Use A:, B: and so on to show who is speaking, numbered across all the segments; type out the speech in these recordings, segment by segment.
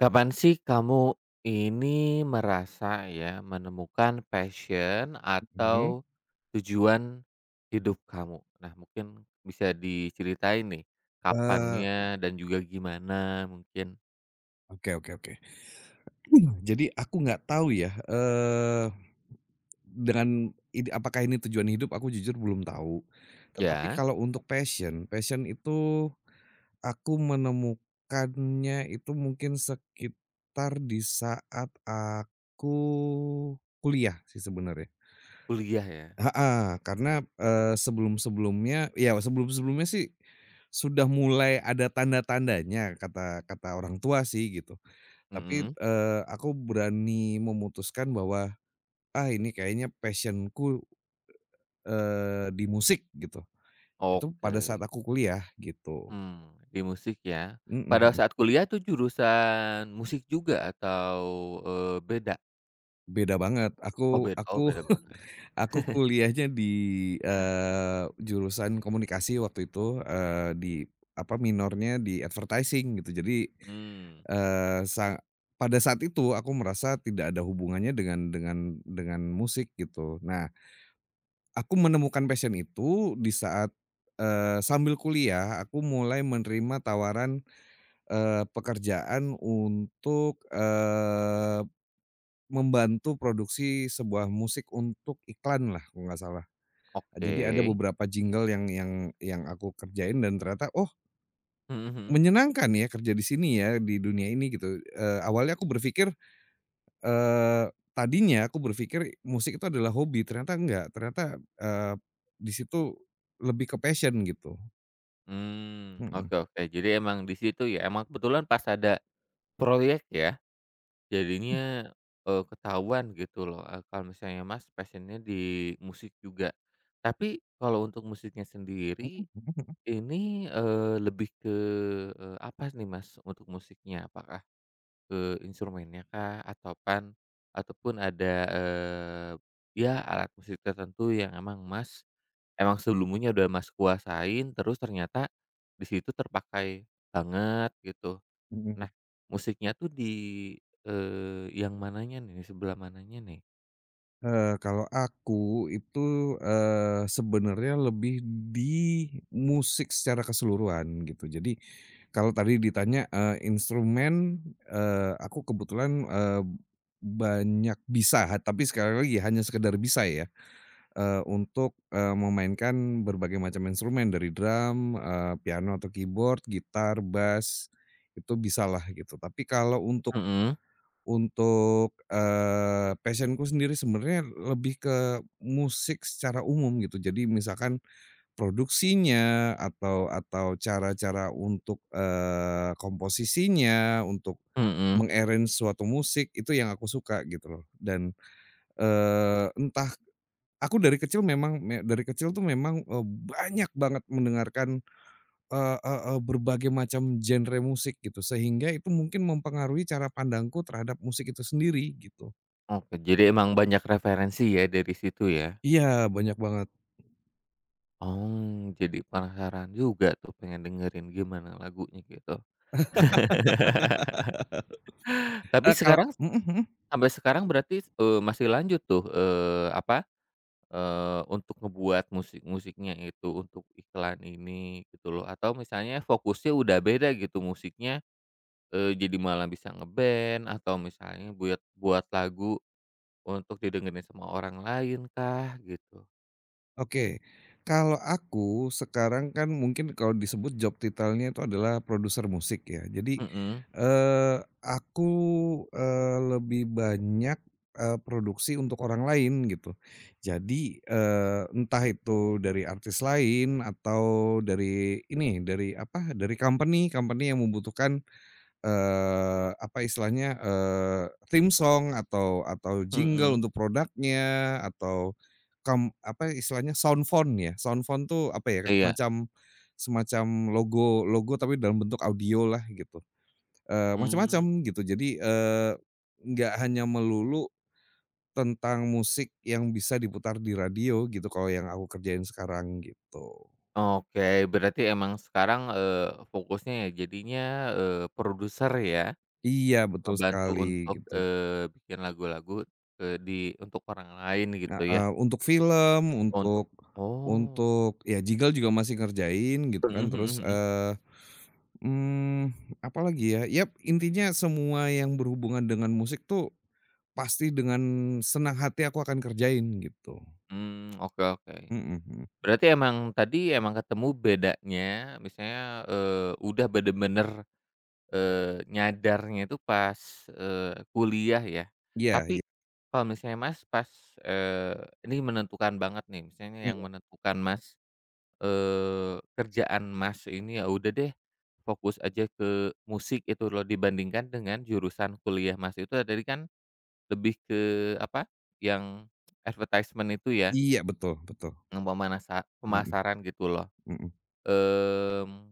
A: Kapan sih kamu ini merasa ya, menemukan passion
B: Mhm,
A: atau tujuan hidup kamu? Nah, mungkin bisa diceritain nih,
B: eee,
A: kapannya dan juga gimana mungkin?
B: oke oke oke. Jadi aku nggak tahu ya, dengan ini apakah ini tujuan hidup aku jujur belum tahu. Tetapi
A: Ya?
B: kalau untuk passion, passion itu aku menemukannya itu mungkin sekitar di saat aku kuliah sih sebenarnya.
A: Kuliah ya?
B: Heeh, karena, eee, sebelum-sebelumnya ya sebelum-sebelumnya sih sudah mulai ada tanda-tandanya kata kata orang tua sih gitu. Tapi,
A: Mhm,
B: aku berani memutuskan bahwa, "Ah, ini kayaknya passion-ku, di musik," gitu. Itu pada
A: oke.
B: saat aku kuliah gitu.
A: Di musik ya.
B: Mhm
A: Pada
B: mhm.
A: saat kuliah tuh jurusan musik juga atau, beda?
B: Beda banget.
A: Oh
B: Aku
A: beda oh
B: aku
A: beda banget.
B: aku kuliahnya di, jurusan komunikasi waktu itu, di apa, minornya di advertising gitu. Jadi,
A: Mmm,
B: eee, sa pada saat itu aku merasa tidak ada hubungannya dengan musik gitu. Nah, aku menemukan passion itu di saat, sambil kuliah aku mulai menerima tawaran, pekerjaan untuk, membantu produksi sebuah musik untuk iklan lah, kalau nggak salah.
A: oke.
B: Jadi ada beberapa jingle yang aku kerjain dan ternyata, oh,
A: Mhm mhm.
B: menyenangkan ya kerja di sini ya, di dunia ini gitu. Eee, awalnya aku berpikir Eee, tadinya aku berpikir musik itu adalah hobi, ternyata enggak, ternyata, di situ lebih ke passion gitu. Mhm.
A: Oke oke. Jadi emang di situ ya, emang kebetulan pas ada proyek ya, jadinya, ketahuan gitu loh, kalau misalnya Mas passion-nya di musik juga. Tapi kalau untuk musiknya sendiri ini, lebih ke, apa nih Mas untuk musiknya? Apakah instrumennya kah, ataupun ada, ya alat musik tertentu yang emang Mas, emang sebelumnya udah Mas kuasain terus ternyata di situ terpakai banget gitu. Nah,
B: Mhm.
A: musiknya tuh di, yang mananya nih, sebelah mananya nih?
B: Kalau aku itu, sebenarnya lebih di musik secara keseluruhan gitu. Jadi kalau tadi ditanya, instrumen, aku kebetulan, banyak bisa, ha tapi sekali lagi hanya sekedar bisa ya. Untuk, memainkan berbagai macam instrumen dari drum, piano atau keyboard, gitar, bass, itu bisalah gitu. Tapi kalau untuk
A: Mhm
B: passion sendiri sebenarnya lebih ke musik secara umum gitu. Jadi misalkan produksinya atau cara-cara untuk, komposisinya, untuk
A: mhm.
B: meng suatu musik itu yang aku suka gitu loh. Dan, eee, entah Aku dari kecil memang me dari kecil tuh memang, banyak banget mendengarkan, eee eee eee, berbagai macam genre musik gitu, sehingga itu mungkin mempengaruhi cara pandangku terhadap musik itu sendiri gitu.
A: Oke, jadi emang banyak referensi ya dari situ ya?
B: Iya, banyak banget.
A: Oh, jadi penasaran juga tuh pengen dengerin gimana lagunya gitu. Tapi
B: Eee, kalau
A: sekarang
B: mhm mhm.
A: Sampai sekarang berarti, masih lanjut tuh, apa, untuk ngebuat musik-musiknya itu untuk iklan ini gitu loh, atau misalnya fokusnya udah beda gitu musiknya, jadi malah bisa nge-band atau misalnya buat buat lagu untuk didengerin sama orang lain kah gitu?
B: Oke, kalau aku sekarang kan mungkin kalau disebut job title-nya itu adalah produser musik ya. Jadi,
A: Mhm
B: aku, lebih banyak, produksi untuk orang lain gitu. Jadi, entah itu dari artis lain atau dari ini, dari apa, dari company company yang membutuhkan. Apa istilahnya, theme song atau
A: mhm,
B: jingle untuk produknya atau apa istilahnya sound font ya, sound font tuh apa ya,
A: iya,
B: semacam semacam logo logo tapi dalam bentuk audio lah gitu, macam-macam
A: mmm,
B: gitu. Jadi, nggak hanya melulu tentang musik yang bisa diputar di radio gitu kalau yang aku kerjain sekarang gitu.
A: oke berarti emang sekarang, fokusnya ya jadinya, produser ya?
B: Iya betul
A: Ngebantu
B: sekali
A: untuk,
B: gitu.
A: bikin lagu-lagu, untuk orang lain gitu ya?
B: Heeh, untuk film,
A: Untuk oh,
B: untuk ya jingle juga masih ngerjain gitu kan,
A: mhm mhm
B: terus,
A: mhm,
B: mmm, apalagi ya, yap intinya semua yang berhubungan dengan musik tuh pasti dengan senang hati aku akan kerjain gitu.
A: oke oke.
B: Mhm mhm.
A: Berarti emang tadi emang ketemu bedanya misalnya, udah bener-bener, nyadarnya itu pas, kuliah ya?
B: Iya iya,
A: Tapi kalau misalnya Mas pas, eee, ini menentukan banget nih misalnya yang
B: mhm,
A: menentukan Mas kerjaan Mas ini ya udah deh, fokus aja ke musik itu loh dibandingkan dengan jurusan kuliah Mas itu tadi kan lebih ke apa, yang advertisement itu ya,
B: iya betul betul.
A: yang pemanasa
B: Mhm
A: pemasaran gitu loh.
B: mhm.
A: Mmm,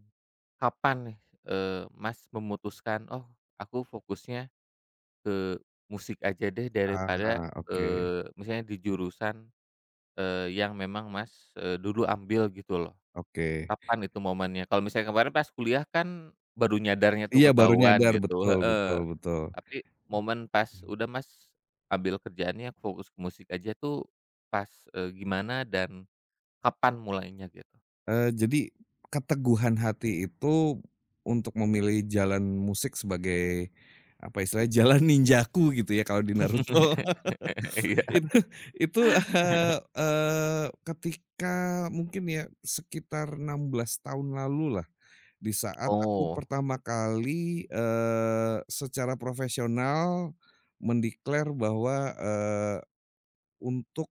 A: Kapan nih, Mas memutuskan, "Oh aku fokusnya ke musik aja deh daripada,"
B: Ah, oke
A: misalnya di jurusan, yang memang Mas, dulu ambil gitu loh?
B: oke.
A: Kapan itu momennya? Kalau misalnya kemarin pas kuliah kan baru nyadarnya tuh
B: Iya baru
A: ketahuan
B: nyadar,
A: gitu
B: betul betul
A: heeh.
B: betul.
A: Tapi momen pas, "Udah Mas, ambil kerjaannya fokus ke musik aja," tuh pas, gimana dan kapan mulainya gitu?
B: Jadi keteguhan hati itu untuk memilih jalan musik sebagai, apa istilahnya, jalan ninjaku gitu ya kalau di Naruto
A: Iya.
B: itu ketika mungkin ya sekitar 16 tahun lalu lah, di saat aku
A: Oh,
B: pertama kali, secara profesional mendeklar bahwa, untuk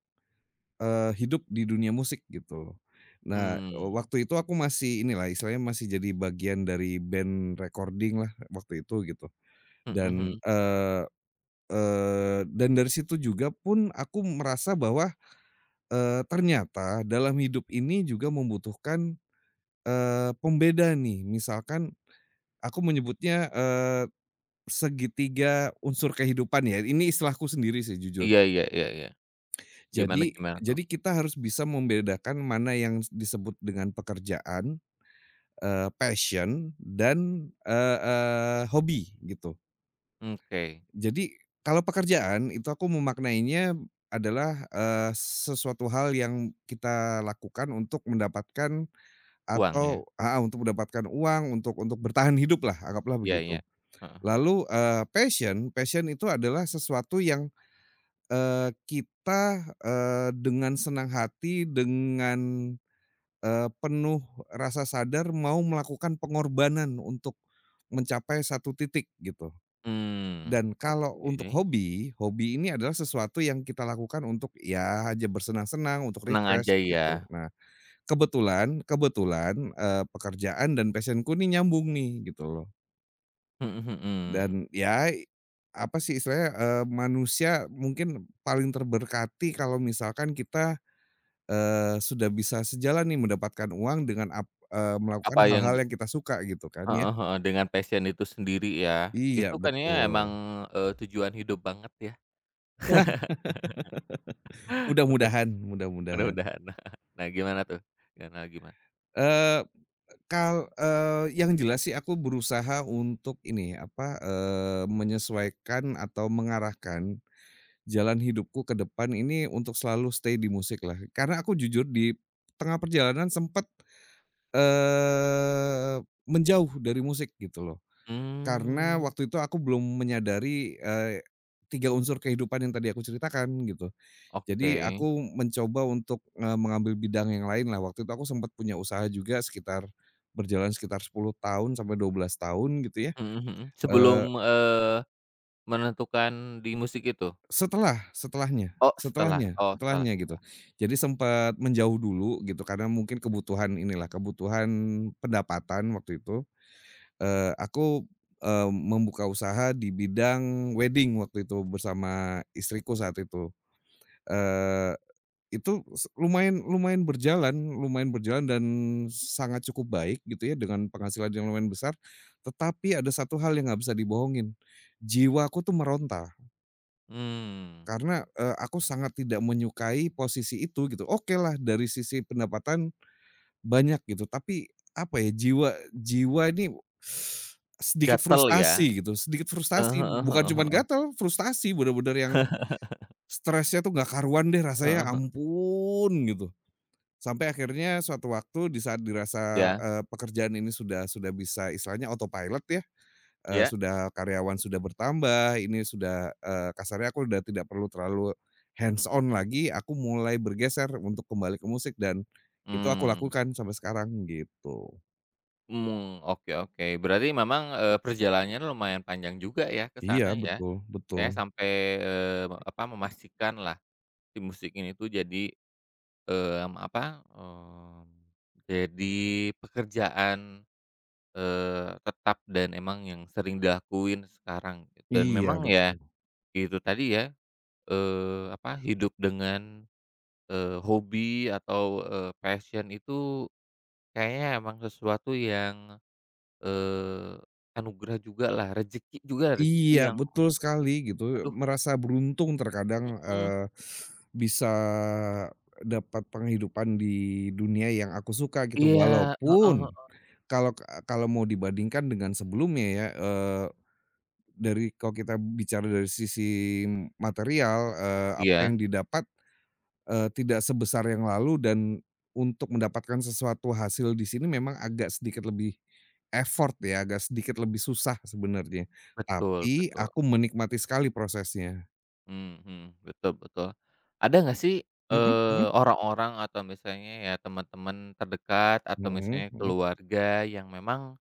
B: Hidup di dunia musik gitu. Nah,
A: mmm,
B: waktu itu aku masih inilah istilahnya masih jadi bagian dari band recording lah waktu itu gitu
A: mhm
B: dan,
A: mhm.
B: eee dan dari situ juga pun aku merasa bahwa, ternyata dalam hidup ini juga membutuhkan, pembeda nih misalkan aku menyebutnya, segitiga unsur kehidupan ya ini istilahku sendiri sih jujur.
A: Iya iya iya iya. Gimana
B: Jadi
A: gimana tuh?
B: jadi kita harus bisa membedakan mana yang disebut dengan pekerjaan, passion, dan, eee eee, hobi gitu.
A: Oke,
B: Jadi kalau pekerjaan itu aku memaknainya adalah, sesuatu hal yang kita lakukan untuk mendapatkan
A: uang ya?
B: atau heeh, untuk mendapatkan uang, untuk bertahan hiduplah, anggaplah
A: Iya iya.
B: begitu.
A: Heeh heeh.
B: Lalu, eee, passion passion itu adalah sesuatu yang, kita, dengan senang hati, dengan penuh rasa sadar mau melakukan pengorbanan untuk mencapai satu titik gitu.
A: Mmm,
B: Dan kalau untuk
A: oke.
B: hobi, hobi ini adalah sesuatu yang kita lakukan untuk ya aja bersenang-senang, untuk
A: Tenang
B: refresh
A: aja ya?
B: gitu. Nah, kebetulan kebetulan, pekerjaan dan passionku ini nyambung nih gitu loh.
A: Mhm mhm.
B: Dan ya apa sih istilahnya, manusia mungkin paling terberkati kalau misalkan kita sudah bisa sejalan nih mendapatkan uang dengan melakukan
A: Apa yang
B: hal-hal yang kita suka gitu kan ya.
A: Heeh heeh, dengan passion itu sendiri ya,
B: Iya
A: itu kayaknya emang,
B: betul.
A: tujuan hidup banget ya.
B: Ya
A: Oke,
B: mudah-mudahan mudah-mudahan.
A: mudah-mudahan. Nah gimana tuh? Gimana gimana?
B: Eee, yang jelas sih aku berusaha untuk ini, apa, menyesuaikan atau mengarahkan jalan hidupku ke depan ini untuk selalu stay di musik lah. Karena aku jujur di tengah perjalanan sempet, eee, menjauh dari musik gitu loh. Karena
A: Mmm,
B: waktu itu aku belum menyadari, 3 unsur kehidupan yang tadi aku ceritakan gitu. Jadi
A: oke.
B: aku mencoba untuk, mengambil bidang yang lainlah. Waktu itu aku sempat punya usaha juga sekitar berjalan sekitar 10 tahun sampai 12 tahun gitu ya,
A: Mhm mhm. Sebelum,
B: eee,
A: menentukan di musik itu?
B: setelah setelahnya setelahnya
A: Oh setelah
B: setelahnya gitu.
A: setelah.
B: Jadi sempat menjauh dulu gitu karena mungkin kebutuhan inilah, kebutuhan pendapatan waktu itu. Aku, membuka usaha di bidang wedding waktu itu bersama istriku saat itu. Eee, itu se lumayan lumayan berjalan dan sangat cukup baik gitu ya dengan penghasilan yang lumayan besar, tetapi ada satu hal yang nggak bisa dibohongin, jiwaku tuh meronta
A: Mmm,
B: karena, aku sangat tidak menyukai posisi itu gitu. Oke lah dari sisi pendapatan banyak gitu, tapi apa ya, jiwa jiwa ini sedikit
A: Gatel ya?
B: frustasi gitu, sedikit
A: Heeh
B: frustasi,
A: heeh
B: bukan
A: heeh
B: cuman
A: heeh.
B: gatel, frustasi bener-bener yang stresnya tuh nggak karuan deh rasanya,
A: Heeh heeh.
B: ampun gitu. Sampai akhirnya suatu waktu di saat dirasa,
A: Iya
B: pekerjaan ini sudah bisa istilahnya autopilot ya.
A: iya?
B: Sudah karyawan sudah bertambah, ini sudah, kasarnya aku udah tidak perlu terlalu hands
A: Mhm
B: on
A: mhm.
B: lagi, aku mulai bergeser untuk kembali ke musik dan itu aku
A: Mmm
B: lakukan sampai sekarang gitu.
A: mmm, oke oke. Berarti memang, perjalanannya lumayan panjang juga ya ke
B: Iya
A: sana ya?
B: betul betul.
A: Saya sampai, apa, memastikanlah si musik ini tuh jadi, apa, jadi pekerjaan, tetap dan emang yang sering dilakuin sekarang gitu. Dan
B: Iya
A: memang ya
B: betul.
A: itu tadi ya, apa, hidup dengan, hobi atau, passion itu kayaknya emang sesuatu yang, eee, anugerah jugalah, rezeki juga, rezeki
B: Iya
A: yang
B: betul sekali gitu,
A: aduh
B: merasa beruntung terkadang,
A: mhm,
B: bisa dapat penghidupan di dunia yang aku suka gitu.
A: iya, heeh
B: Walaupun
A: heeh,
B: kalau kalau mau dibandingkan dengan sebelumnya ya, eee Dari kalau kita bicara dari sisi material, apa
A: iya?
B: yang didapat, tidak sebesar yang lalu dan untuk mendapatkan sesuatu hasil di sini memang agak sedikit lebih effort ya, agak sedikit lebih susah sebenarnya.
A: Betul
B: Tapi
A: betul.
B: aku menikmati sekali prosesnya.
A: Mhm, mhm, betul betul. Ada nggak sih,
B: Mhm mhm
A: orang-orang atau misalnya ya teman-teman terdekat atau
B: mhm
A: misalnya
B: mhm
A: keluarga yang memang,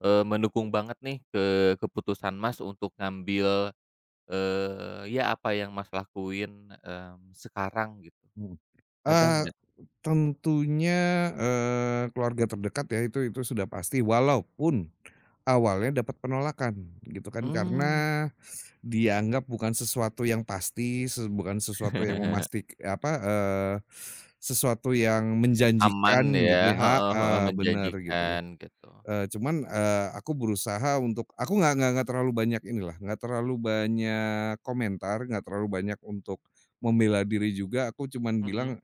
A: mendukung banget nih ke keputusan Mas untuk ngambil, ya apa yang Mas lakuin, sekarang gitu,
B: mhm.
A: ada
B: Eee,
A: nggak?
B: tentunya, keluarga terdekat ya itu sudah pasti, walaupun awalnya dapat penolakan gitu kan, karena
A: Mmm,
B: dianggap bukan sesuatu yang pasti, bukan sesuatu yang
A: Aman
B: menjanjikan
A: ya,
B: gitu ya
A: heeh heeh,
B: heeh, bener gitu loh.
A: menjanjikan gitu.
B: Cuman, aku berusaha untuk aku nggak terlalu banyak inilah, nggak terlalu banyak komentar, nggak terlalu banyak untuk membela diri juga, aku cuman
A: Mhm,
B: bilang,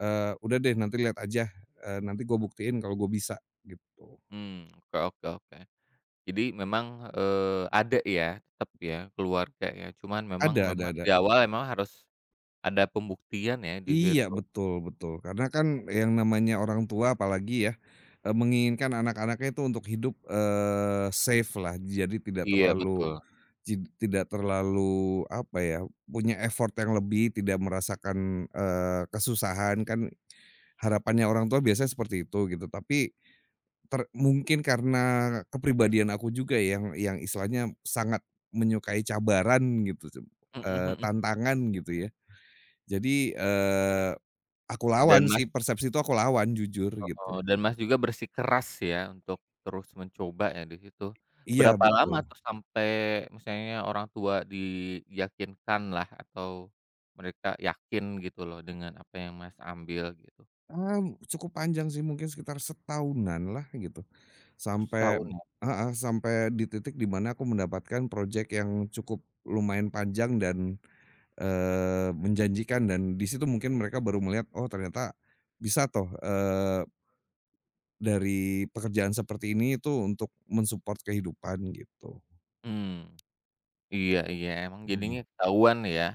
B: "Udah deh nanti lihat aja, nanti gue buktiin kalau gue bisa," gitu.
A: mmm, oke oke oke. Jadi memang, ada ya, tetap ya, keluarga ya, cuman memang
B: Ada
A: memang
B: ada.
A: di awal memang harus ada pembuktian ya di
B: Iya,
A: situ.
B: betul betul. Karena kan yang namanya orang tua apalagi ya, menginginkan anak-anaknya itu untuk hidup, safe lah, jadi
A: Iya betul,
B: tidak terlalu apa ya, punya effort yang lebih, tidak merasakan, kesusahan kan harapannya orang tua biasanya seperti itu gitu. Tapi mungkin karena kepribadian aku juga yang istilahnya sangat menyukai cabaran gitu,
A: mhm mhm,
B: tantangan gitu ya. Jadi, aku
A: dan
B: lawan
A: Mas
B: sih, persepsi itu aku lawan jujur gitu.
A: heeh, dan Mas juga bersikeras ya untuk terus mencoba ya di situ.
B: Iya
A: Berapa
B: betul,
A: lama tuh sampai misalnya orang tua diyakinkanlah atau mereka yakin gitu loh dengan apa yang Mas ambil gitu?
B: cukup panjang sih mungkin sekitar setahunan lah gitu,
A: Oh
B: sampai
A: setahun ya?
B: heeh, sampai di titik di mana aku mendapatkan project yang cukup lumayan panjang dan, menjanjikan dan di situ mungkin mereka baru melihat, "Oh ternyata bisa toh, dari pekerjaan seperti ini itu untuk men-support kehidupan," gitu.
A: Mmm, iya iya, emang
B: Mhm,
A: jadinya ketahuan ya.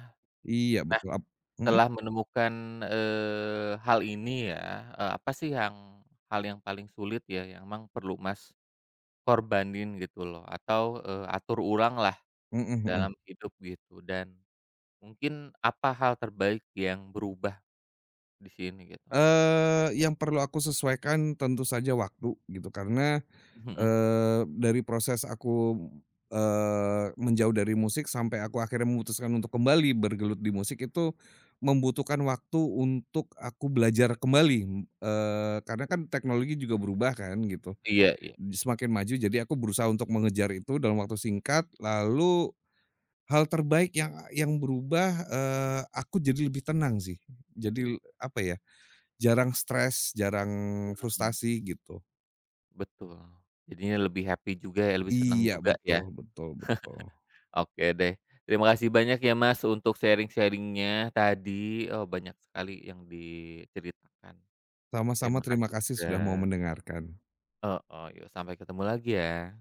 B: iya betul mhm,
A: Setelah menemukan, hal ini ya, apa sih hal yang paling sulit ya, yang memang perlu Mas korbanin gitu loh atau, atur ulang lah
B: mhm mhm.
A: dalam hidup gitu dan mungkin apa hal terbaik yang berubah di sini gitu?
B: Yang perlu aku sesuaikan tentu saja waktu gitu karena,
A: Mhm,
B: dari proses aku, menjauh dari musik sampai aku akhirnya memutuskan untuk kembali bergelut di musik itu membutuhkan waktu untuk aku belajar kembali, karena kan teknologi juga berubah kan gitu,
A: iya iya.
B: semakin maju jadi aku berusaha untuk mengejar itu dalam waktu singkat lalu hal terbaik yang berubah, aku jadi lebih tenang sih jadi apa ya, jarang stres, jarang
A: Mhm,
B: frustasi gitu.
A: betul. Jadinya lebih happy juga ya, lebih senang
B: Iya,
A: juga ya.
B: betul betul betul.
A: Oke deh. Terima kasih banyak ya Mas untuk sharing-sharing-nya tadi, banyak sekali yang diceritakan.
B: Sama-sama
A: Terima
B: terima
A: kasih
B: kasih
A: juga.
B: sudah mau mendengarkan.
A: Heeh, yuk sampai ketemu lagi ya.